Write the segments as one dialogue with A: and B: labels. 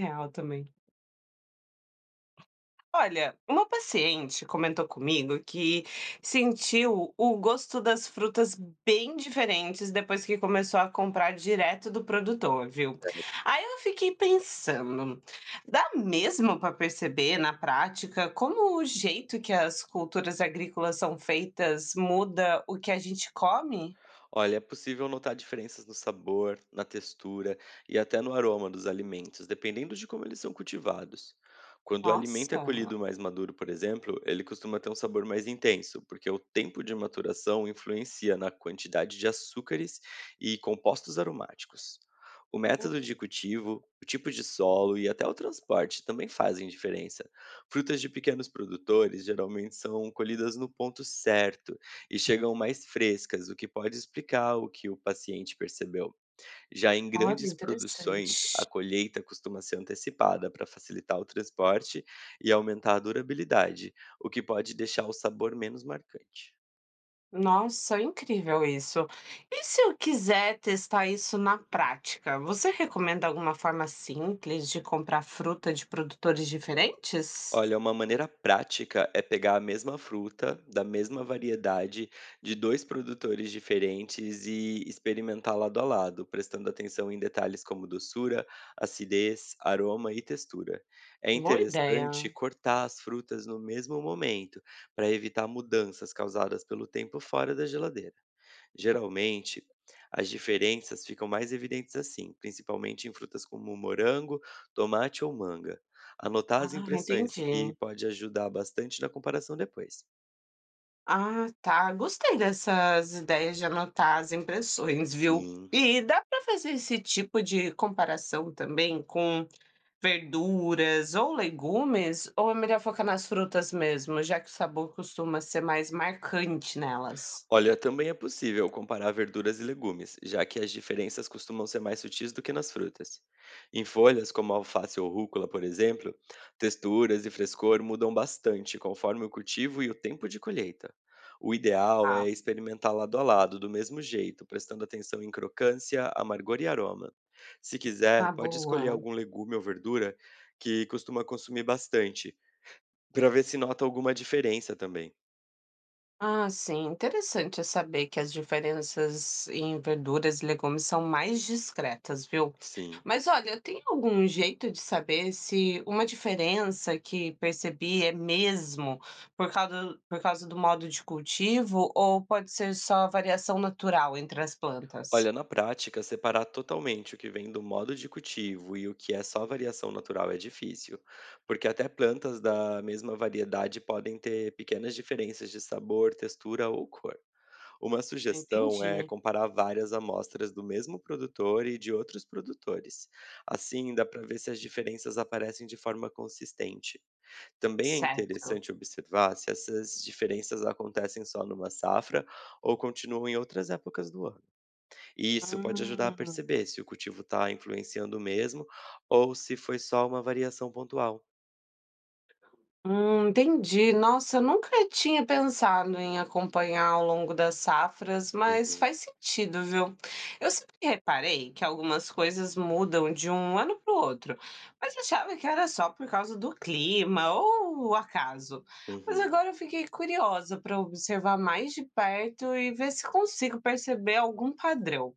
A: Real também. Olha, uma paciente comentou comigo que sentiu o gosto das frutas bem diferentes depois que começou a comprar direto do produtor, viu? Aí eu fiquei pensando, dá mesmo para perceber na prática como o jeito que as culturas agrícolas são feitas muda o que a gente come?
B: Olha, é possível notar diferenças no sabor, na textura e até no aroma dos alimentos, dependendo de como eles são cultivados. Quando o alimento é
A: Nossa,
B: colhido mais maduro, por exemplo, ele costuma ter um sabor mais intenso, porque o tempo de maturação influencia na quantidade de açúcares e compostos aromáticos. O método
A: hum,
B: de cultivo, o tipo de solo e até o transporte também fazem diferença. Frutas de pequenos produtores geralmente são colhidas no ponto certo e chegam mais frescas, o que pode explicar o que o paciente percebeu. Já em
A: olha,
B: grandes
A: interessante.
B: produções, a colheita costuma ser antecipada para facilitar o transporte e aumentar a durabilidade, o que pode deixar o sabor menos marcante.
A: Nossa, incrível isso. E se eu quiser testar isso na prática, você recomenda alguma forma simples de comprar fruta de produtores diferentes?
B: Olha, uma maneira prática é pegar a mesma fruta, da mesma variedade, de dois produtores diferentes e experimentar lado a lado, prestando atenção em detalhes como doçura, acidez, aroma e textura. É
A: Boa ideia.
B: interessante cortar as frutas no mesmo momento, para evitar mudanças causadas pelo tempo fora da geladeira. Geralmente, as diferenças ficam mais evidentes assim, principalmente em frutas como morango, tomate ou manga. Anotar as
A: Ah,
B: impressões,
A: entendi.
B: que pode ajudar bastante na comparação depois.
A: Ah, tá. Gostei dessas ideias de anotar as impressões, viu?
B: Sim.
A: E dá para fazer esse tipo de comparação também com verduras ou legumes? Ou é melhor focar nas frutas mesmo, já que o sabor costuma ser mais marcante nelas?
B: Olha, também é possível comparar verduras e legumes, já que as diferenças costumam ser mais sutis do que nas frutas. Em folhas, como alface ou rúcula, por exemplo, texturas e frescor mudam bastante conforme o cultivo e o tempo de colheita. O ideal
A: Ah.
B: é experimentar lado a lado, do mesmo jeito, prestando atenção em crocância, amargor e aroma. Se
A: Ah,
B: quiser, pode escolher
A: boa.
B: algum legume ou verdura que costuma consumir bastante, para ver se nota alguma diferença também.
A: Ah, sim, interessante é saber que as diferenças em verduras e legumes são mais discretas, viu?
B: Sim.
A: Mas olha, tem algum jeito de saber se uma diferença que percebi é mesmo por causa do modo de cultivo ou pode ser só variação natural entre as plantas?
B: Olha, na prática, separar totalmente o que vem do modo de cultivo e o que é só variação natural é difícil, porque até plantas da mesma variedade podem ter pequenas diferenças de sabor, textura ou cor. Uma sugestão é
A: Entendi.
B: comparar várias amostras do mesmo produtor e de outros produtores. Assim, dá para ver se as diferenças aparecem de forma consistente. Também é
A: Certo.
B: interessante observar se essas diferenças acontecem só numa safra ou continuam em outras épocas do ano. E isso pode ajudar a
A: Hum.
B: perceber se o cultivo está influenciando mesmo ou se foi só uma variação pontual.
A: Entendi. Nossa, eu nunca tinha pensado em acompanhar ao longo das safras, mas
B: Uhum,
A: faz sentido, viu? Eu sempre reparei que algumas coisas mudam de um ano para o outro, mas achava que era só por causa do clima ou o acaso. Mas
B: uhum,
A: agora eu fiquei curiosa para observar mais de perto e ver se consigo perceber algum padrão.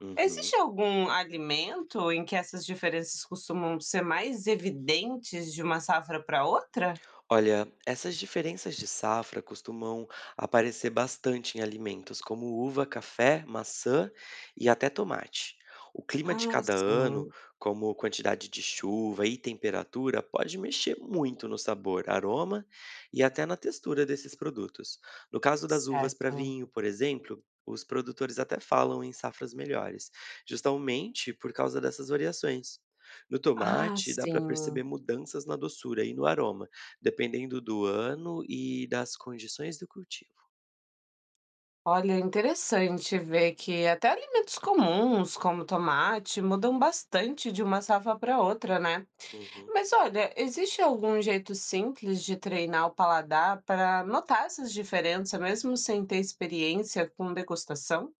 B: uhum.
A: Existe algum alimento em que essas diferenças costumam ser mais evidentes de uma safra para outra?
B: Olha, essas diferenças de safra costumam aparecer bastante em alimentos como uva, café, maçã e até tomate. O clima de
A: Ah,
B: cada ano,
A: sim,
B: como quantidade de chuva e temperatura, pode mexer muito no sabor, aroma e até na textura desses produtos. No caso das uvas para
A: certo.
B: vinho, por exemplo, os produtores até falam em safras melhores, justamente por causa dessas variações. No
A: Ah,
B: tomate, dá para
A: sim.
B: perceber mudanças na doçura e no aroma. Dependendo do ano e das condições do cultivo.
A: Olha, é interessante ver que até alimentos comuns, como tomate, mudam bastante de uma safra para outra, né?
B: Uhum.
A: Mas olha, existe algum jeito simples de treinar o paladar para notar essas diferenças, mesmo sem ter experiência com degustação?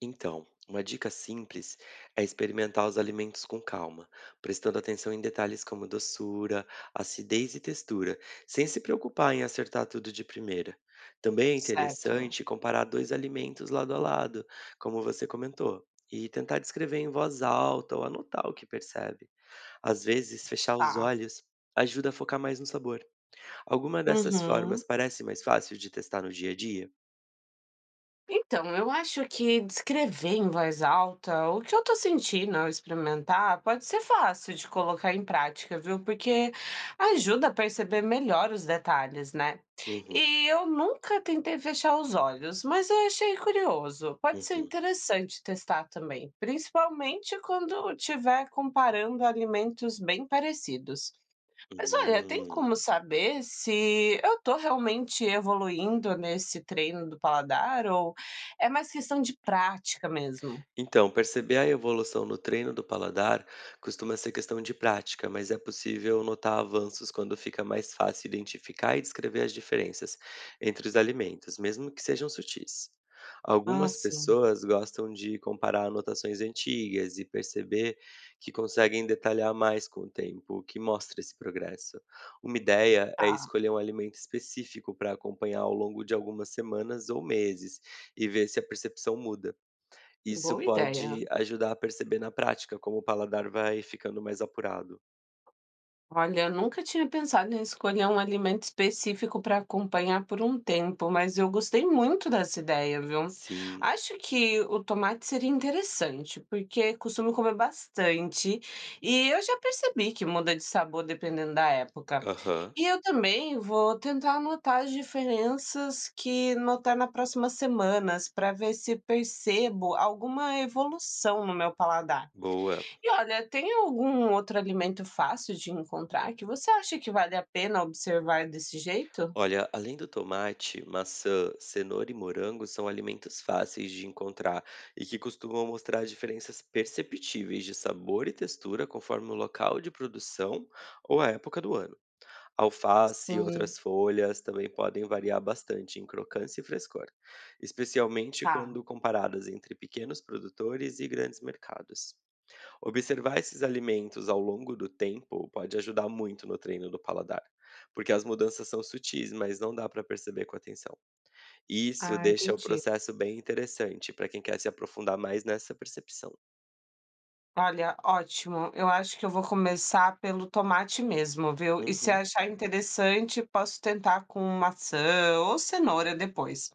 B: Então, uma dica simples é experimentar os alimentos com calma, prestando atenção em detalhes como doçura, acidez e textura, sem se preocupar em acertar tudo de primeira. Também é
A: Certo,
B: interessante comparar dois alimentos lado a lado, como você comentou, e tentar descrever em voz alta ou anotar o que percebe. Às vezes, fechar os
A: tá.
B: olhos ajuda a focar mais no sabor. Alguma dessas
A: Uhum.
B: formas parece mais fácil de testar no dia a dia?
A: Então, eu acho que descrever em voz alta o que eu tô sentindo ao experimentar pode ser fácil de colocar em prática, viu? Porque ajuda a perceber melhor os detalhes, né?
B: Uhum,
A: E eu nunca tentei fechar os olhos, mas eu achei curioso. Pode ser
B: uhum.
A: interessante testar também, principalmente quando estiver comparando alimentos bem parecidos. Mas olha, tem como
B: Hum.
A: saber se eu estou realmente evoluindo nesse treino do paladar ou é mais questão de prática mesmo?
B: Então, perceber a evolução no treino do paladar costuma ser questão de prática, mas é possível notar avanços quando fica mais fácil identificar e descrever as diferenças entre os alimentos, mesmo que sejam sutis.
A: Ah,
B: Algumas
A: sim,
B: pessoas gostam de comparar anotações antigas e perceber que conseguem detalhar mais com o tempo, o que mostra esse progresso. Uma ideia é
A: tá.
B: escolher um alimento específico para acompanhar ao longo de algumas semanas ou meses e ver se a percepção muda. Isso
A: Boa ideia.
B: pode ajudar a perceber na prática como o paladar vai ficando mais apurado.
A: Olha, eu nunca tinha pensado em escolher um alimento específico para acompanhar por um tempo, mas eu gostei muito dessa ideia, viu?
B: Sim.
A: Acho que o tomate seria interessante, porque costumo comer bastante e eu já percebi que muda de sabor dependendo da época.
B: Aham.
A: E eu também vou tentar anotar as diferenças que notar nas próximas semanas para ver se percebo alguma evolução no meu paladar.
B: Boa.
A: E olha, tem algum outro alimento fácil de encontrar que você acha que vale a pena observar desse jeito?
B: Olha, além do tomate, maçã, cenoura e morango são alimentos fáceis de encontrar e que costumam mostrar diferenças perceptíveis de sabor e textura conforme o local de produção ou a época do ano. Alface e
A: Sim,
B: outras folhas também podem variar bastante em crocância e frescor, especialmente
A: tá.
B: quando comparadas entre pequenos produtores e grandes mercados. Observar esses alimentos ao longo do tempo pode ajudar muito no treino do paladar, porque as mudanças são sutis, mas não dá para perceber com atenção. E isso
A: Ah,
B: deixa o
A: entendi.
B: processo bem interessante para quem quer se aprofundar mais nessa percepção.
A: Olha, ótimo. Eu acho que eu vou começar pelo tomate mesmo, viu? E se
B: Uhum.
A: achar interessante, posso tentar com maçã ou cenoura depois.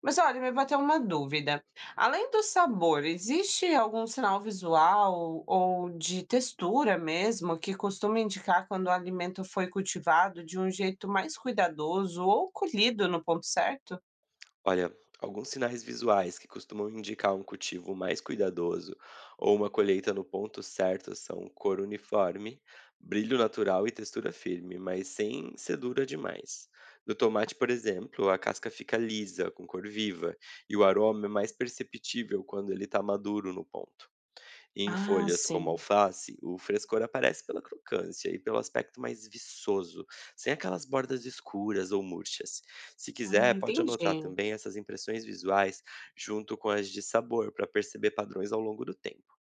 A: Mas olha, me bateu uma dúvida. Além do sabor, existe algum sinal visual ou de textura mesmo que costuma indicar quando o alimento foi cultivado de um jeito mais cuidadoso ou colhido no ponto certo?
B: Olha, alguns sinais visuais que costumam indicar um cultivo mais cuidadoso ou uma colheita no ponto certo são cor uniforme, brilho natural e textura firme, mas sem ser dura demais. No tomate, por exemplo, a casca fica lisa, com cor viva, e o aroma é mais perceptível quando ele está maduro no ponto. E em
A: Ah,
B: folhas como
A: sim.
B: alface, o frescor aparece pela crocância e pelo aspecto mais viçoso, sem aquelas bordas escuras ou murchas. Se
A: Ah,
B: quiser, pode
A: entendi.
B: anotar também essas impressões visuais junto com as de sabor para perceber padrões ao longo do tempo.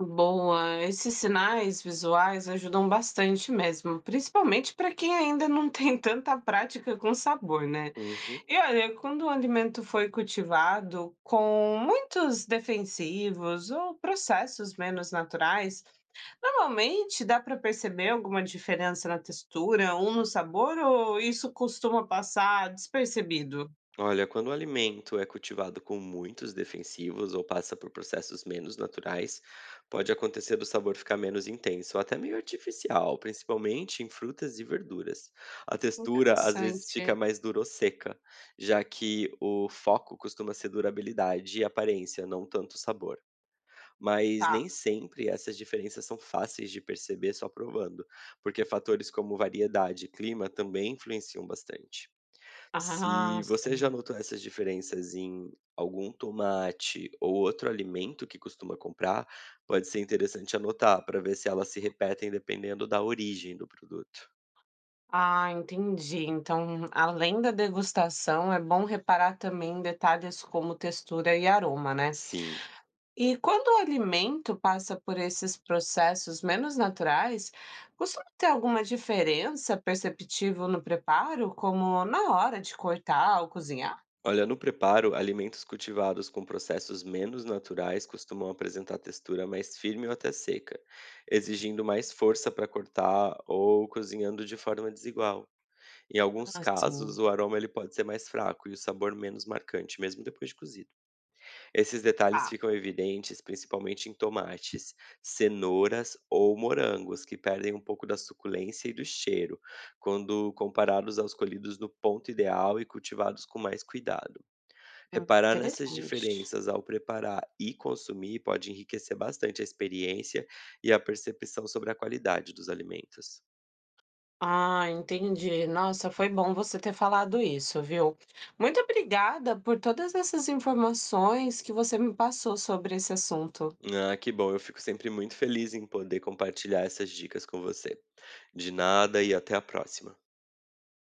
A: Boa. Esses sinais visuais ajudam bastante mesmo, principalmente para quem ainda não tem tanta prática com sabor, né?
B: Uhum.
A: E olha, quando o alimento foi cultivado com muitos defensivos ou processos menos naturais, normalmente dá para perceber alguma diferença na textura ou no sabor, ou isso costuma passar despercebido?
B: Olha, quando o alimento é cultivado com muitos defensivos ou passa por processos menos naturais, pode acontecer do sabor ficar menos intenso, ou até meio artificial, principalmente em frutas e verduras. A textura às vezes fica
A: Interessante.
B: mais dura ou seca, já que o foco costuma ser durabilidade e aparência, não tanto sabor. Mas
A: Tá.
B: nem sempre essas diferenças são fáceis de perceber só provando, porque fatores como variedade e clima também influenciam bastante.
A: Ah,
B: Se você já
A: sim.
B: notou essas diferenças em algum tomate ou outro alimento que costuma comprar, pode ser interessante anotar para ver se elas se repetem dependendo da origem do produto.
A: Ah, entendi. Então, além da degustação, é bom reparar também em detalhes como textura e aroma, né?
B: Sim.
A: E quando o alimento passa por esses processos menos naturais, costuma ter alguma diferença perceptível no preparo, como na hora de cortar ou cozinhar?
B: Olha, no preparo, alimentos cultivados com processos menos naturais costumam apresentar textura mais firme ou até seca, exigindo mais força para cortar ou cozinhando de forma desigual. Em alguns
A: Assim,
B: casos, o aroma ele pode ser mais fraco e o sabor menos marcante, mesmo depois de cozido. Esses detalhes
A: tá.
B: ficam evidentes principalmente em tomates, cenouras ou morangos, que perdem um pouco da suculência e do cheiro, quando comparados aos colhidos no ponto ideal e cultivados com mais cuidado. Reparar nessas
A: Interessante.
B: diferenças ao preparar e consumir pode enriquecer bastante a experiência e a percepção sobre a qualidade dos alimentos.
A: Ah, entendi. Nossa, foi bom você ter falado isso, viu? Muito obrigada por todas essas informações que você me passou sobre esse assunto.
B: Ah, que bom, eu fico sempre muito feliz em poder compartilhar essas dicas com você. De nada e até a próxima.